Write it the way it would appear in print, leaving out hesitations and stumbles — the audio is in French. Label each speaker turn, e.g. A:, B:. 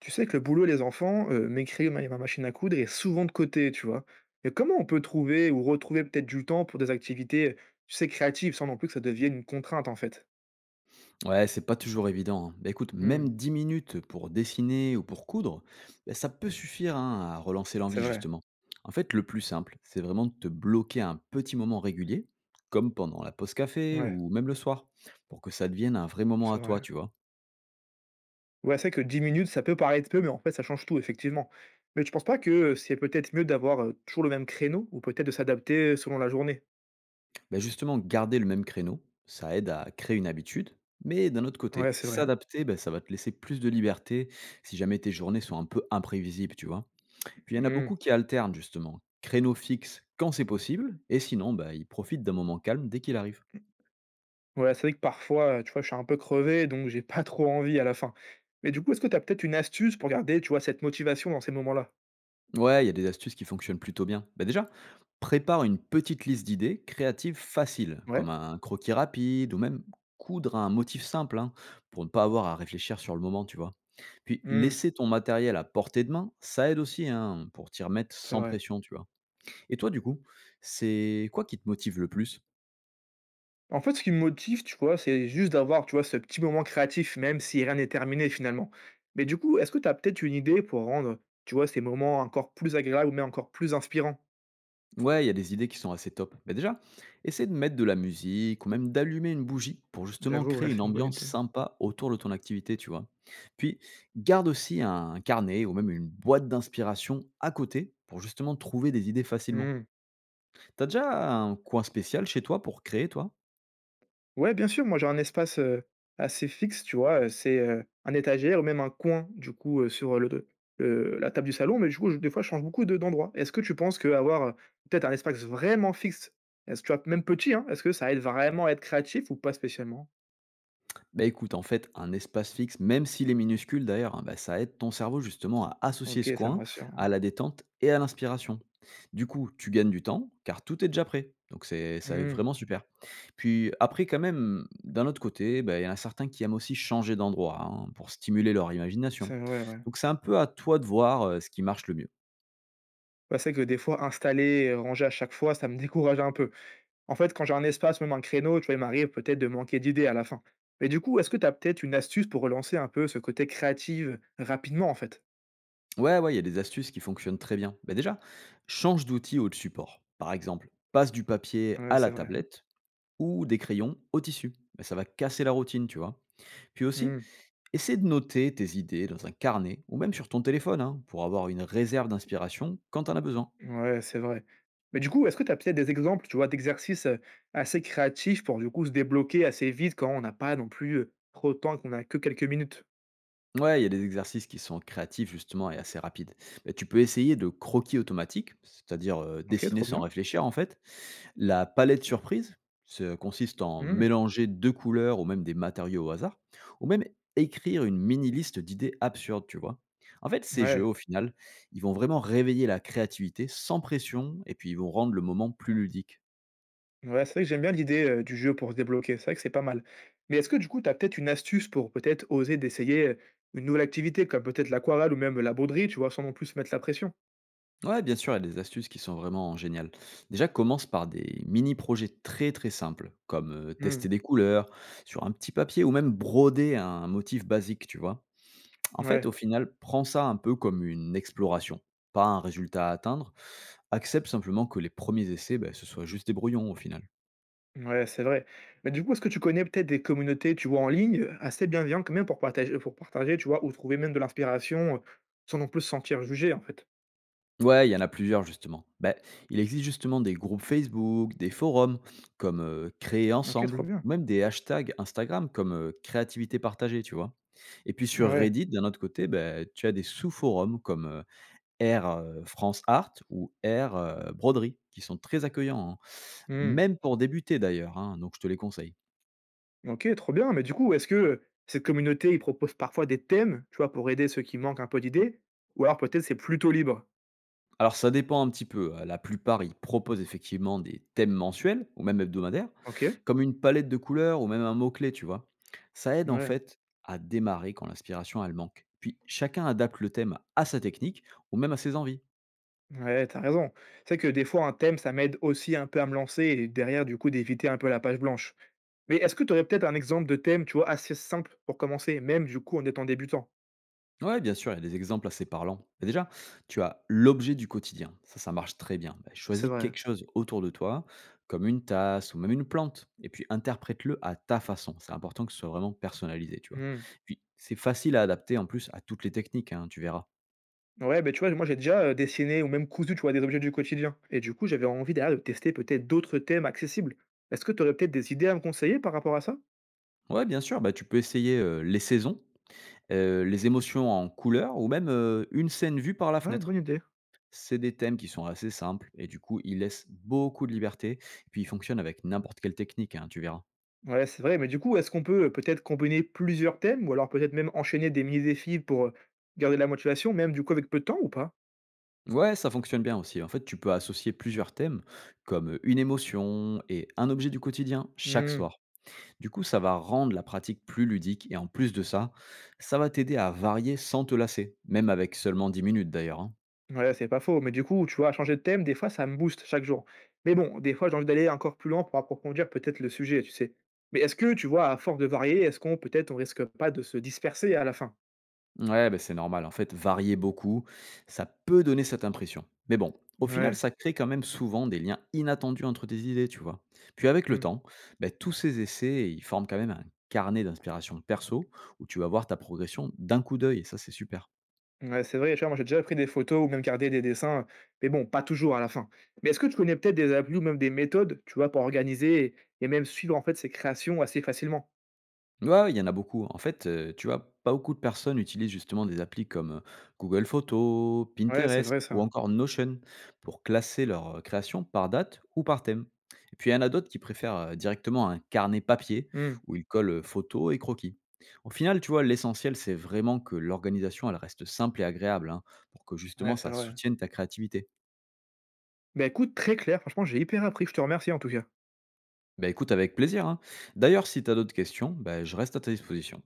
A: Tu sais que le boulot et les enfants, m'écrire ma machine à coudre est souvent de côté, tu vois? Et comment on peut trouver ou retrouver peut-être du temps pour des activités, tu sais, créatives, sans non plus que ça devienne une contrainte, en fait?
B: Ouais, c'est pas toujours évident, hein. Bah, écoute, même
A: Mmh,
B: 10 minutes pour dessiner ou pour coudre, bah, ça peut suffire hein, à relancer
A: c'est
B: l'envie,
A: vrai.
B: justement. En fait, le plus simple, c'est vraiment de te bloquer un petit moment régulier, comme pendant la pause café
A: Ouais,
B: ou même le soir, pour que ça devienne un vrai moment
A: c'est
B: à
A: vrai.
B: toi, tu vois.
A: Ouais, c'est vrai que 10 minutes, ça peut paraître peu, mais en fait, ça change tout, effectivement. Mais tu penses pas que, c'est peut-être mieux d'avoir, toujours le même créneau ou peut-être de s'adapter selon la journée?
B: Bah, justement, garder le même créneau, ça aide à créer une habitude, mais d'un autre
A: Ouais,
B: côté,
A: c'est vrai.
B: s'adapter, bah, ça va te laisser plus de liberté si jamais tes journées sont un peu imprévisibles, tu vois. Puis il y en a
A: Mmh.
B: beaucoup qui alternent justement, créneaux fixes quand c'est possible, et sinon, bah, ils profitent d'un moment calme dès qu'il arrive.
A: Ouais, c'est vrai que parfois, tu vois, je suis un peu crevé, donc j'ai pas trop envie à la fin. Mais du coup, est-ce que tu as peut-être une astuce pour garder, tu vois, cette motivation dans ces moments-là?
B: Ouais, il y a des astuces qui fonctionnent plutôt bien. Bah déjà, prépare une petite liste d'idées créatives faciles, comme
A: Ouais.
B: un croquis rapide ou même coudre un motif simple, hein, pour ne pas avoir à réfléchir sur le moment, tu vois. Puis
A: Mmh,
B: laisser ton matériel à portée de main, ça aide aussi hein, pour t'y remettre
A: c'est
B: sans
A: vrai.
B: pression, tu vois. Et toi, du coup, c'est quoi qui te motive le plus?
A: En fait, ce qui me motive, tu vois, c'est juste d'avoir, tu vois, ce petit moment créatif, même si rien n'est terminé finalement. Mais du coup, est-ce que tu as peut-être une idée pour rendre, tu vois, ces moments encore plus agréables, mais encore plus inspirants?
B: Ouais, il y a des idées qui sont assez top. Mais déjà, essaie de mettre de la musique ou même d'allumer une bougie pour justement
A: J'avoue, ouais,
B: créer une
A: c'est une bonne
B: ambiance
A: idée.
B: sympa autour de ton activité, tu vois. Puis, garde aussi un carnet ou même une boîte d'inspiration à côté pour justement trouver des idées facilement.
A: Mmh.
B: T'as déjà un coin spécial chez toi pour créer, toi?
A: Ouais, bien sûr, moi j'ai un espace, assez fixe, tu vois? C'est, un étagère ou même un coin du coup, sur, le la table du salon, mais du coup, je des fois, je change beaucoup de d'endroits. Est-ce que tu penses qu'avoir, peut-être un espace vraiment fixe, est-ce que tu vois? Même petit, hein, est-ce que ça aide vraiment à être créatif ou pas spécialement?
B: Bah écoute, en fait, un espace fixe, même s'il est minuscule d'ailleurs, hein, bah, ça aide ton cerveau justement à associer
A: OK,
B: ce
A: ça me
B: coin
A: rassure, ouais.
B: à la détente et à l'inspiration. Du coup, tu gagnes du temps car tout est déjà prêt. Donc c'est ça est
A: Mmh,
B: vraiment super. Puis après, quand même, d'un autre côté, bah, il y en a certains qui aiment aussi changer d'endroit hein, pour stimuler leur imagination.
A: c'est vrai, ouais.
B: Donc c'est un peu à toi de voir ce qui marche le mieux.
A: Bah, c'est vrai que des fois installer et ranger à chaque fois, ça me décourage un peu. En fait, quand j'ai un espace, même un créneau, tu vois, il m'arrive peut-être de manquer d'idées à la fin. Mais du coup, est-ce que tu as peut-être une astuce pour relancer un peu ce côté créatif rapidement, en fait?
B: Ouais, ouais, il y a des astuces qui fonctionnent très bien. Bah déjà, change d'outil ou de support. Par exemple, passe du papier
A: Ouais,
B: à
A: c'est
B: la
A: vrai.
B: tablette ou des crayons au tissu. Ben, ça va casser la routine, tu vois. Puis aussi,
A: Mmh.
B: essaie de noter tes idées dans un carnet ou même sur ton téléphone hein, pour avoir une réserve d'inspiration quand t'en as besoin.
A: Ouais, c'est vrai. Mais du coup, est-ce que tu as peut-être des exemples, tu vois, d'exercices, assez créatifs pour du coup se débloquer assez vite quand on n'a pas non plus, trop de temps, qu'on a que quelques minutes?
B: Ouais, il y a des exercices qui sont créatifs justement et assez rapides. Ben, tu peux essayer de croquis automatiques, c'est-à-dire
A: OK,
B: dessiner
A: trop
B: sans
A: bien.
B: réfléchir en fait. La palette surprise, ça consiste en
A: Mmh.
B: mélanger 2 couleurs ou même des matériaux au hasard, ou même écrire une mini liste d'idées absurdes, tu vois? En fait, ces jeux,
A: Ouais.
B: au final, ils vont vraiment réveiller la créativité sans pression et puis ils vont rendre le moment plus ludique.
A: Ouais, c'est vrai que j'aime bien l'idée, du jeu pour se débloquer, c'est vrai que c'est pas mal. Mais est-ce que du coup, tu as peut-être une astuce pour peut-être oser d'essayer, une nouvelle activité comme peut-être l'aquarelle ou même la broderie, tu vois? Sans non plus se mettre la pression?
B: Ouais, bien sûr, il y a des astuces qui sont vraiment géniales. Déjà, commence par des mini-projets très très simples, comme
A: Mmh.
B: tester des couleurs sur un petit papier ou même broder un motif basique, tu vois. En fait,
A: Ouais,
B: au final, prends ça un peu comme une exploration, pas un résultat à atteindre. Accepte simplement que les premiers essais, ben, ce soit juste des brouillons au final.
A: ouais, c'est vrai. Mais du coup, est-ce que tu connais peut-être des communautés, tu vois, en ligne, assez bienveillantes quand même pour partager, tu vois? Ou trouver même de l'inspiration, sans non plus se sentir jugé, en fait?
B: Ouais, il y en a plusieurs justement. Ben, il existe justement des groupes Facebook, des forums comme Créer
A: OK, trop
B: Ensemble,
A: bien.
B: ou même des hashtags Instagram comme Créativité Partagée, tu vois. Et puis sur
A: Ouais.
B: Reddit, d'un autre côté, ben, tu as des sous-forums comme R France Art ou R Broderie, qui sont très accueillants, hein.
A: Mmh.
B: Même pour débuter d'ailleurs, hein, donc je te les conseille.
A: OK, trop bien. Mais du coup, est-ce que, cette communauté, ils proposent parfois des thèmes, tu vois, pour aider ceux qui manquent un peu d'idées? Ou alors peut-être c'est plutôt libre?
B: Alors ça dépend un petit peu, hein. La plupart, ils proposent effectivement des thèmes mensuels ou même hebdomadaires,
A: OK.
B: comme une palette de couleurs ou même un mot-clé, tu vois? Ça aide en
A: Ouais.
B: fait à démarrer quand l'inspiration, elle manque. Puis chacun adapte le thème à sa technique ou même à ses envies.
A: Ouais, tu raison. C'est que des fois un thème, ça m'aide aussi un peu à me lancer et derrière du coup d'éviter un peu la page blanche. Mais est-ce que tu aurais peut-être un exemple de thème, tu vois, assez simple pour commencer, même du coup en étant débutant?
B: Ouais, bien sûr, il y a des exemples assez parlants. Bah, déjà, tu as l'objet du quotidien. Ça marche très bien. Bah,
A: C'est
B: choisis
A: vrai.
B: quelque chose autour de toi, comme une tasse ou même une plante, et puis interprète-le à ta façon. C'est important que ce soit vraiment personnalisé, tu vois.
A: Mmh.
B: Puis, c'est facile à adapter en plus à toutes les techniques, hein, tu verras.
A: Ouais, ben tu vois, moi j'ai déjà, dessiné ou même cousu, tu vois, des objets du quotidien et du coup, j'avais envie derrière de tester peut-être d'autres thèmes accessibles. Est-ce que tu aurais peut-être des idées à me conseiller par rapport à ça?
B: Ouais, bien sûr, bah, tu peux essayer les saisons, les émotions en couleur, ou même une scène vue par la
A: Ouais, bonne
B: fenêtre.
A: idée.
B: C'est des thèmes qui sont assez simples, et du coup, ils laissent beaucoup de liberté, et puis ils fonctionnent avec n'importe quelle technique, hein, tu verras.
A: Ouais, c'est vrai, mais du coup, est-ce qu'on peut, peut-être combiner plusieurs thèmes ou alors peut-être même enchaîner des mini-défis pour, garder la motivation même du coup avec peu de temps ou pas?
B: Ouais, ça fonctionne bien aussi. En fait, tu peux associer plusieurs thèmes, comme une émotion et un objet du quotidien, chaque
A: Mmh,
B: soir. Du coup, ça va rendre la pratique plus ludique et en plus de ça, ça va t'aider à varier sans te lasser, même avec seulement 10 minutes d'ailleurs, hein.
A: ouais, c'est pas faux, mais du coup, tu vois, changer de thème, des fois, ça me booste chaque jour. Mais bon, des fois, j'ai envie d'aller encore plus loin pour approfondir peut-être le sujet, tu sais? Mais est-ce que, tu vois, à force de varier, est-ce qu'on peut-être on risque pas de se disperser à la fin?
B: Ouais, bah, c'est normal. En fait, varier beaucoup, ça peut donner cette impression. Mais bon, au final,
A: Ouais,
B: ça crée quand même souvent des liens inattendus entre tes idées, tu vois. Puis avec le
A: mmh.
B: temps, bah, tous ces essais, ils forment quand même un carnet d'inspiration perso où tu vas voir ta progression d'un coup d'œil et ça, c'est super.
A: Ouais, c'est vrai, tu vois, moi j'ai déjà pris des photos ou même gardé des dessins, mais bon, pas toujours à la fin. Mais est-ce que tu connais peut-être des applis ou même des méthodes, tu vois, pour organiser et même suivre en fait ces créations assez facilement?
B: Ouais, ouais, il y en a beaucoup. En fait, tu vois, pas beaucoup de personnes utilisent justement des applis comme, Google Photos,
A: Ouais, c'est
B: Pinterest
A: vrai
B: ou
A: ça.
B: encore Notion pour classer leurs, créations par date ou par thème. Et puis il y en a d'autres qui préfèrent, directement un carnet papier
A: Hmm,
B: où ils collent, photos et croquis. Au final, tu vois, l'essentiel, c'est vraiment que l'organisation, elle reste simple et agréable, hein, pour que
A: ouais,
B: justement
A: c'est
B: ça
A: vrai.
B: soutienne ta créativité.
A: Bah écoute, très clair, franchement, j'ai hyper appris, je te remercie en tout cas.
B: Bah, écoute avec plaisir, hein. D'ailleurs, si tu as d'autres questions, bah, je reste à ta disposition.